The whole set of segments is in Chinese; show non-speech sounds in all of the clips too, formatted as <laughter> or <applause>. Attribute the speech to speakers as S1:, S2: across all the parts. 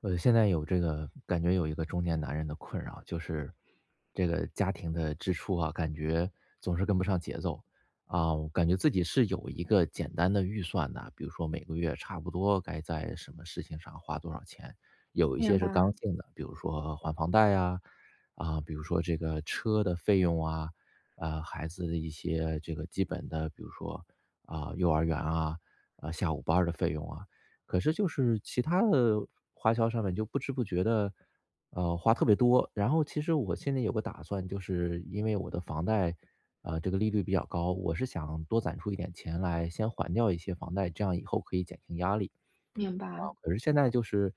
S1: 现在有这个感觉有一个中年男人的困扰，就是这个家庭的支出啊，感觉总是跟不上节奏啊。我感觉自己是有一个简单的预算的，比如说每个月差不多该在什么事情上花多少钱，有一
S2: 明
S1: 些是
S2: 白，
S1: 刚性的，比如说还房贷呀，啊，比如说这个车的费用啊，啊，孩子的一些这个基本的，比如说啊幼儿园啊，啊下午班儿的费用啊。可是就是其他的花销上面就不知不觉的，花特别多。然后其实我心里有个打算，就是因为我的房贷，这个利率比较高，我是想多攒出一点钱来先还掉一些房贷，这样以后可以减轻压力。
S2: 明
S1: 啊，
S2: 白，
S1: 可是现在就是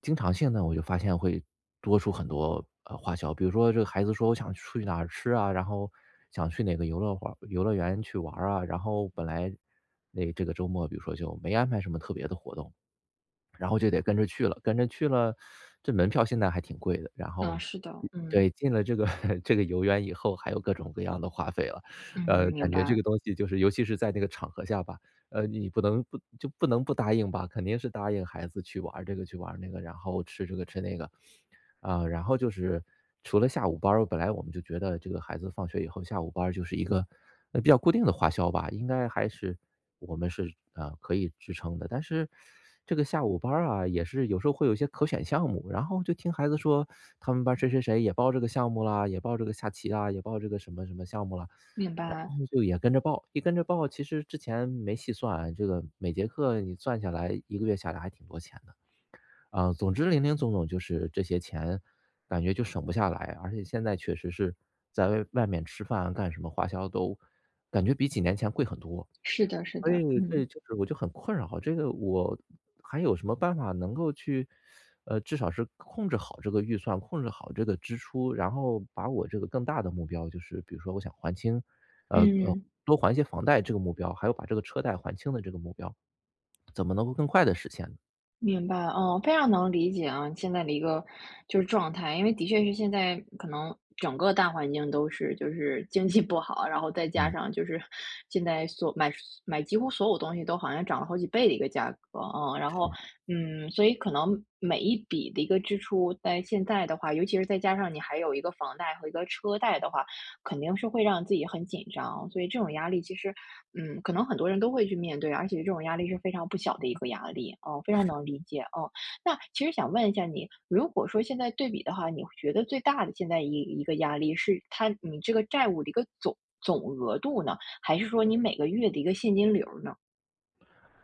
S1: 经常性的，我就发现会多出很多，花销。比如说这个孩子说我想出去哪儿吃啊，然后想去哪个游乐园去玩儿啊，然后本来那这个周末比如说就没安排什么特别的活动，然后就得跟着去了，跟着去了，这门票现在还挺贵的。然
S2: 啊，
S1: 后
S2: 是的，嗯
S1: 对，进了这个 <laughs> 这个游园以后，还有各种各样的花费了。
S2: 嗯，明
S1: 感觉这
S2: 白，
S1: 个东西就是尤其是在那个场合下吧，你不能不答应吧，肯定是答应孩子去玩儿这个去玩儿那个，然后吃这个吃那个。啊，然后就是除了下午班儿本来我们就觉得这个孩子放学以后下午班儿就是一个，比较固定的花销吧，应该还是我们是，可以支撑的。但是这个下午班儿啊，也是有时候会有一些可选项目，然后就听孩子说他们班谁谁谁也报这个项目啦，也报这个下棋啦，也报这个什么什么项目啦，
S2: 明
S1: 然
S2: 白，
S1: 后就也跟着报。一跟着报，其实之前没细算，这个每节课你算下来一个月下来还挺多钱的。啊，总之零零总总就是这些钱，感觉就省不下来，而且现在确实是在外面吃饭干什么花销都感觉比几年前贵很多，
S2: 是的，是
S1: 所
S2: 的，
S1: 以
S2: 嗯
S1: 这就是我就很困扰，这个我还有什么办法能够去，至少是控制好这个预算，控制好这个支出，然后把我这个更大的目标，就是比如说我想还清，呃呃，
S2: 嗯，
S1: 多还一些房贷这个目标，还有把这个车贷还清的这个目标，怎么能够更快的实现呢？
S2: 明白，哦，非常能理解啊，你现在的一个就是状态，因为的确是现在可能整个大环境都是就是经济不好，然后再加
S1: 嗯，
S2: 上就是 <laughs> 现在所买几乎所有东西都好像涨了好几倍的一个价格，然后
S1: 是。
S2: 、所以可能每一笔的一个支出在现在的话，尤其是再加上你还有一个房贷和一个车贷的话。肯定是会让自己很紧张，所以这种压力其实，可能很多人都会去面对，而且这种压力是非常不小的一个压力，哦，非常能理解，哦。那其实想问一下你，如果说现在对比的话，你觉得最大的现在一个压力是它你这个债务的一个总额度呢，还是说你每个月的一个现金流儿呢？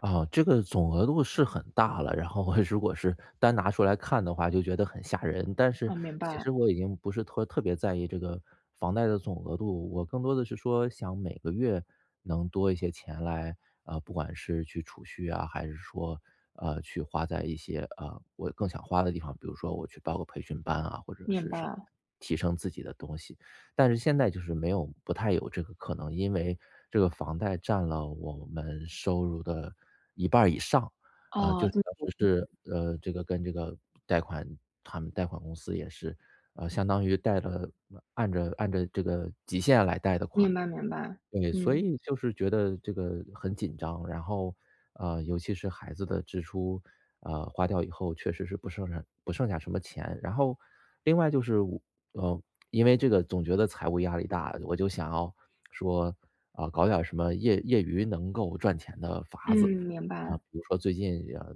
S1: 啊，这个总额度是很大了，然后我如果是单拿出来看的话，就觉得很吓人。但是
S2: 啊，明
S1: 其实
S2: 白，
S1: 我已经不是特别在意这个房贷的总额度，我更多的是说想每个月能多一些钱来，不管是去储蓄啊，还是说去花在一些我更想花的地方，比如说我去报个培训班啊，或者
S2: 明
S1: 是什
S2: 白，
S1: 么提升自己的东西。但是现在就是没有不太有这个可能，因为这个房贷占了我们收入的一半儿以上，啊，就
S2: 哦，
S1: 是
S2: 这
S1: 当时是，这个跟这个贷款他们贷款公司也是，相当于贷了按着这个极限来贷的款，
S2: 明白明白，
S1: 对，所
S2: 嗯
S1: 以就是觉得这个很紧张，然后，尤其是孩子的支出，花掉以后确实是不剩下什么钱。然后，另外就是我，呃，因为这个总觉得财务压力大，我就想要说，啊、搞点儿什么业余能够赚钱的
S2: 嗯，
S1: 法子
S2: 明
S1: 啊、
S2: 白，
S1: 比如说最近呃，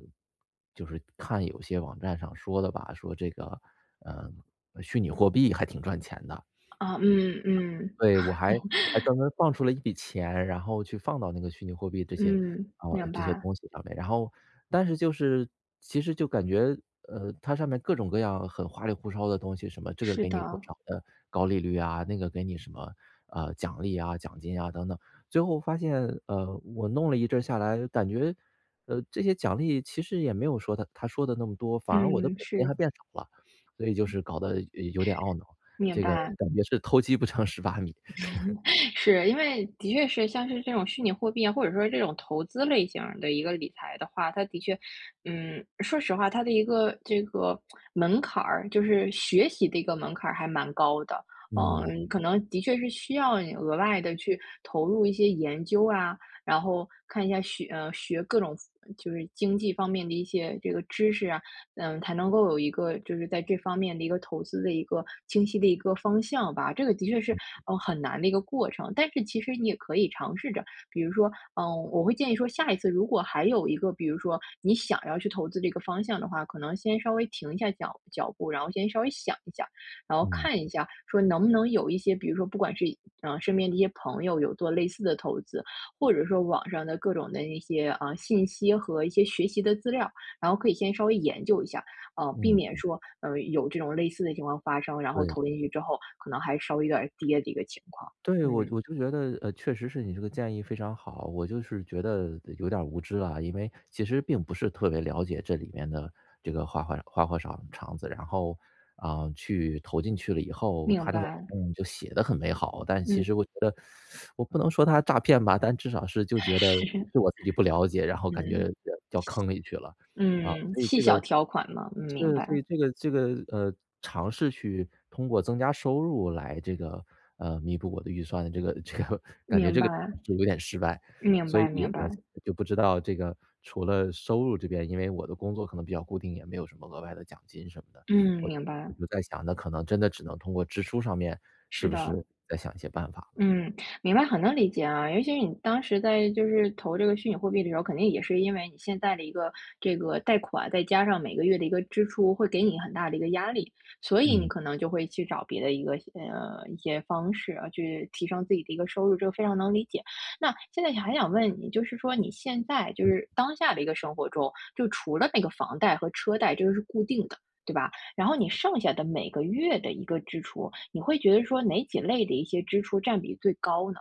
S1: 就是看有些网站上说的吧，说这个，嗯、虚拟货币还挺赚钱的，
S2: 啊，嗯嗯
S1: 对，我还专门放出了一笔钱，然后去放到那个虚拟货币这些
S2: 嗯，
S1: 啊，
S2: 明
S1: 这些
S2: 白，
S1: 东西上面。然后但是就是其实就感觉，它上面各种各样很花里胡哨的东西，什么这个
S2: 是
S1: 给你多
S2: 的，
S1: 少的高利率啊，那个给你什么，奖励啊、奖金啊等等。最后发现，我弄了一阵儿下来，感觉，这些奖励其实也没有说他说的那么多，反而我的
S2: 嗯，
S1: 本金
S2: 是。
S1: 还变少了，所以就是搞得有点懊恼，
S2: 明
S1: 这个
S2: 白，
S1: 感觉是偷鸡不成蚀把米。
S2: 是，因为的确是像是这种虚拟货币啊，或者说这种投资类型儿的一个理财的话，它的确，说实话，它的一个这个门槛儿，就是学习的一个门槛儿还蛮高的。
S1: 嗯，
S2: 嗯，可能的确是需要你额外的去投入一些研究啊，然后看一下学各种就是经济方面的一些这个知识啊，才能够有一个就是在这方面的一个投资的一个清晰的一个方向吧。这个的确是，很难的一个过程，但是其实你也可以尝试着，比如说，嗯，我会建议说，下一次如果还有一个，比如说你想要去投资这个方向的话，可能先稍微停一下脚步，然后先稍微想一下，然后
S1: 嗯，
S2: 看一下说能不能有一些，比如说不管是身边的一些朋友有做类似的投资，或者说网上的各种的那些啊信息和一些学习的资料，然后可以先稍微研究一下，避
S1: 嗯，
S2: 免说，有这种类似的情况发生，然后
S1: 对，
S2: 投进去之后，可能还稍微有点儿跌的一个情况。
S1: 对，我
S2: 嗯，
S1: 我就觉得，确实是你这个建议非常好，我就是觉得有点儿无知了，因为其实并不是特别了解这里面的这个花花场子，然后，啊，去投进去了以后，
S2: 明
S1: 他那个合
S2: 白，
S1: 同就写的很美好，但
S2: 嗯，
S1: 其实我觉得我不能说他诈骗吧，但至少是
S2: <laughs>
S1: 就觉得
S2: 是，
S1: 是我自己不了解，然后感觉
S2: 嗯
S1: 掉坑里去了，啊，
S2: 嗯，
S1: 所以
S2: 细
S1: 这
S2: 小
S1: 个
S2: 条款嘛，嗯，明
S1: 是，
S2: 白，
S1: 所以这个，尝试去通过增加收入来这个，弥补我的预算的这个感觉
S2: 明
S1: 这个
S2: 白，
S1: 尝试有点失败。
S2: 明
S1: 所以，
S2: 白，明白，
S1: 就不知道这个除了收入这边，因为我的工作可能比较固定，也没有什么额外的奖金什么的。
S2: 嗯，
S1: 我
S2: 明白，
S1: 我就在想，那可能真的只能通过支出上面，
S2: 是
S1: 是不
S2: 的。
S1: 是再想一些办法了。
S2: 嗯，明白，很能理解啊。尤其是你当时在就是投这个虚拟货币的时候，肯定也是因为你现在的一个这个贷款，再加上每个月的一个支出，会给你很大的一个压力，所以你
S1: 嗯。
S2: 可能就会去找别的一些方式啊，去提升自己的一个收入，这个非常能理解。那现在还想问你，就是说你现在就是当下的一个生活中，就除了那个房贷和车贷，这个是固定的，对吧？然后你剩下的每个月的一个支出，你会觉得说哪几类的一些支出占比最高呢？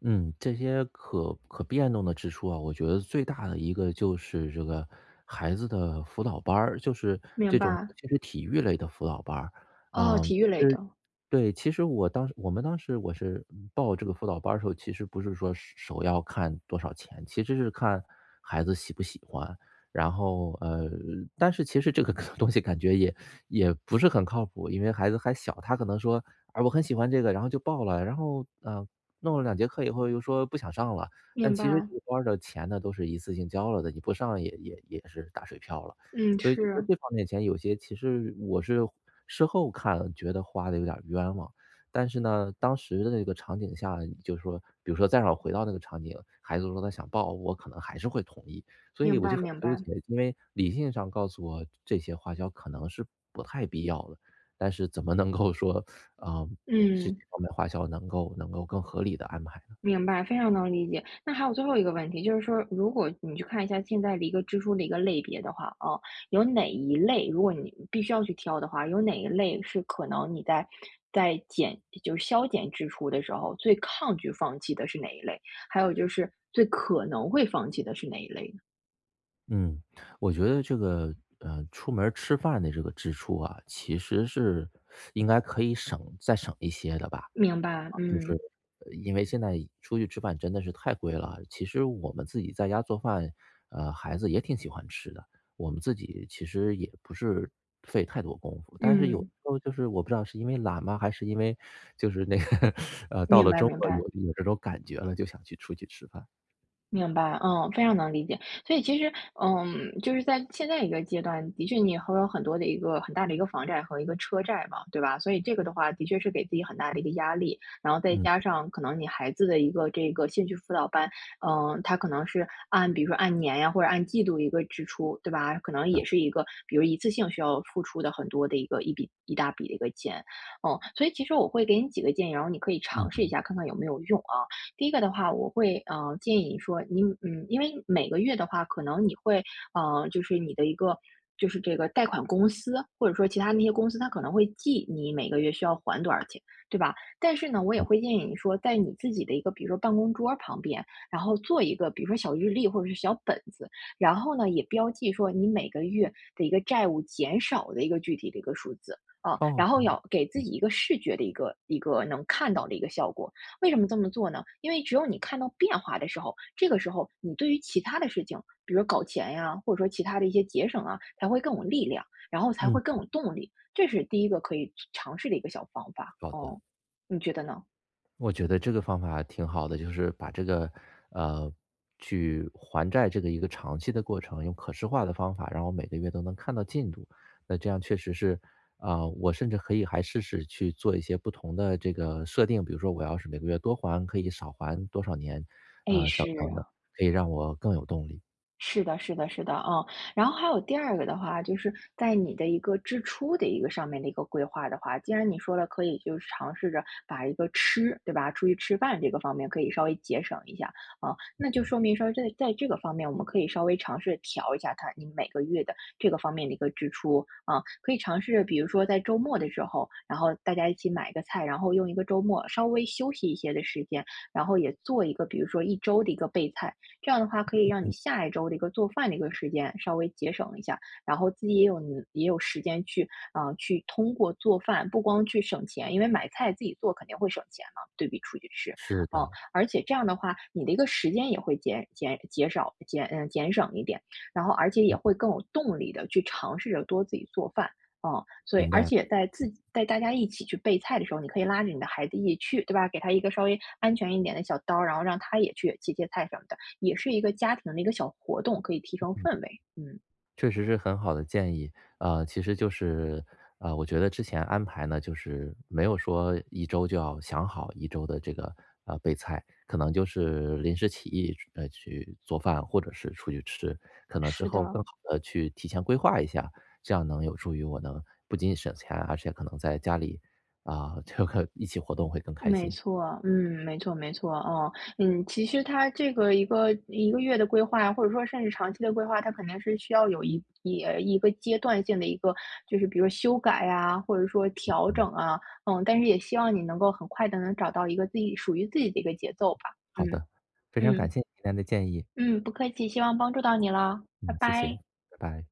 S1: 嗯，这些可变动的支出啊，我觉得最大的一个就是这个孩子的辅导班儿，就是
S2: 明
S1: 这种尤
S2: 白，
S1: 其是体育类的辅导班儿，
S2: 哦，
S1: 啊。
S2: 体育类的，
S1: 对，其实我们当时我是嗯报这个辅导班儿的时候，其实不是说是首要看多少钱，其实是看孩子喜不喜欢。然后但是其实这个 <laughs> 东西感觉也不是很靠谱，因为孩子还小，他可能说啊我很喜欢这个，然后就报了，然后弄了两节课以后又说不想上了。但
S2: 明
S1: 其实
S2: 白，
S1: 这个班儿的钱呢都是一次性交了的，你不上也是打水漂了。
S2: 嗯，
S1: 所以就觉得
S2: 是，
S1: 这方面钱有些其实我是事后看觉得花的有点儿冤枉，但是呢，当时的那个场景下，就是说，比如说再让我回到那个场景，孩子说他想报，我可能还是会同意，所以
S2: 明
S1: 我
S2: 白
S1: 就很
S2: 明
S1: 纠
S2: 白，
S1: 结，因为理性上告诉我这些花销可能是不太必要的，但是怎么能够说，啊、这这
S2: 嗯。
S1: 方面花销能够更合理的安排？
S2: 明白，非常能理解。那还有最后一个问题，就是说，如果你去看一下现在的一个支出的一个类别的话，啊，有哪一类，如果你必须要去挑的话，有哪一类是可能你在减，就是削减支出的时候，最抗拒放弃的是哪一类？还有就是最可能会放弃的是哪一类呢
S1: 嗯，我觉得这个，出门儿吃饭的这个支出啊，其实是应该可以省再省一些的吧。
S2: 明白，
S1: 啊就是
S2: 嗯
S1: 因为现在出去吃饭真的是太贵了，其实我们自己在家做饭，孩子也挺喜欢吃的，我们自己其实也不是费太多功夫。但是有时
S2: 嗯，
S1: 候就是我不知道是因为懒吗，还是因为就是那个 <laughs> 到
S2: 明
S1: 了
S2: 白
S1: 周
S2: 明
S1: 末
S2: 白。
S1: 有这种感觉了，就想去出去吃饭。
S2: 明白，嗯，非常能理解。所以其实，就是在现在一个阶段，的确你会有很多的一个很大的一个房贷和一个车贷嘛，对吧？所以这个的话，的确是给自己很大的一个压力。然后再
S1: 嗯，
S2: 加上可能你孩子的一个这个兴趣辅导班，它可能是按比如说按年呀或者按季度一个支出，对吧？可
S1: 是
S2: 能
S1: 的，
S2: 也是一个比如一次性需要付出的很多的一个一笔一大笔的一个钱，嗯，所以其实我会给你几个建议，然后你可以
S1: 嗯
S2: 尝试一下看看有没有用啊。第一个的话，我会建议你说你，因为每个月的话，可能你会就是你的一个就是这个贷款公司或者说其他那些公司，它可能会记你每个月需要还多少钱，对吧？但是呢，我也
S1: 嗯，
S2: 会建议你说，在你自己的一个比如说办公桌旁边，然后做一个比如说小日历或者是小本子，然后呢也标记说你每个月的一个债务减少的一个具体的一个数字。啊，
S1: 哦
S2: 然后
S1: 哦，
S2: 要给自
S1: 嗯
S2: 己一个视觉的一个能看到的一个效果，为什么这么做呢？因为只有你看到变化的时候，这个时候你对于其他的事情，比如搞钱呀，或者说其他的一些节省啊，才会更有力量，然后才会
S1: 嗯。
S2: 更有动力。这是第一个可以尝试的一个小方法，
S1: 好的，
S2: 哦，你觉得呢？
S1: 我觉得这个方法挺好的，就是把这个，呃，去还债这个一个长期的过程，用可视化的方法，然后每个月都能看到进度。那这样确实是，啊、我甚至可以还试试去做一些不同的这个设定，比如说我要是每个月多还，可以少还多少年，
S2: 哎，是。
S1: 等等的，可以让我更有动力。
S2: 是的，是的，是的，然后还有第二个的话，就是在你的一个支出的一个上面的一个规划的话，既然你说了可以就是尝试着把一个吃，对吧？出去吃饭这个方面可以稍微节省一下啊，那就说明说在这个方面我们可以稍微尝试调一下它，你每个月的这个方面的一个支出啊，可以尝试着比如说在周末的时候，然后大家一起买个菜，然后用一个周末稍微休息一些的时间，然后也做一个比如说一周的一个备菜。这样的话可以让你
S1: 嗯，
S2: 下一周的一个做饭的一个时间稍微节省一下，然后自己也有能也有时间去，啊，去通过做饭不光去省钱，因为买菜自己做肯定会省钱嘛，对比出去吃，
S1: 是
S2: 嗯，
S1: 的，
S2: 而且这样的话，你的一个时间也会减减减少减嗯减省一点，然后而且也会更有动力的去尝试着多自己做饭。嗯，所以
S1: 明
S2: 而
S1: 白了。
S2: 且在自己带大家一起去备菜的时候，你可以拉着你的孩子一起去，对吧？给他一个稍微安全一点的小刀，然后让他也去切切菜什么的。也是一个家庭的一个小活动，可以提升氛围，嗯。
S1: 确实是很好的建议，其实就是，我觉得之前安排呢，就是没有说一周就要想好一周的这个备菜，可能就是临时起意，去做饭或者是出去吃，可能之
S2: 是
S1: 后
S2: 的，
S1: 更好的去提前规划一下，这样能有助于我能不仅仅省钱，而且可能在家里啊、这个一起活动会更开
S2: 没
S1: 心。
S2: 错，嗯，没错没错，哦，嗯，其实它这个一个一个月的规划，或者说甚至长期的规划，它肯定是需要有一个阶段性的一个，就是比如说修改啊，或者说调整
S1: 嗯，
S2: 啊，但是也希望你能够很快的能找到一个自己属于自己的一个节奏吧，
S1: 好
S2: 嗯
S1: 的，非常感
S2: 嗯
S1: 谢你今天的建议，
S2: 嗯，不客气，希望帮助到你了，拜
S1: 嗯，谢
S2: 拜。
S1: 谢，拜拜。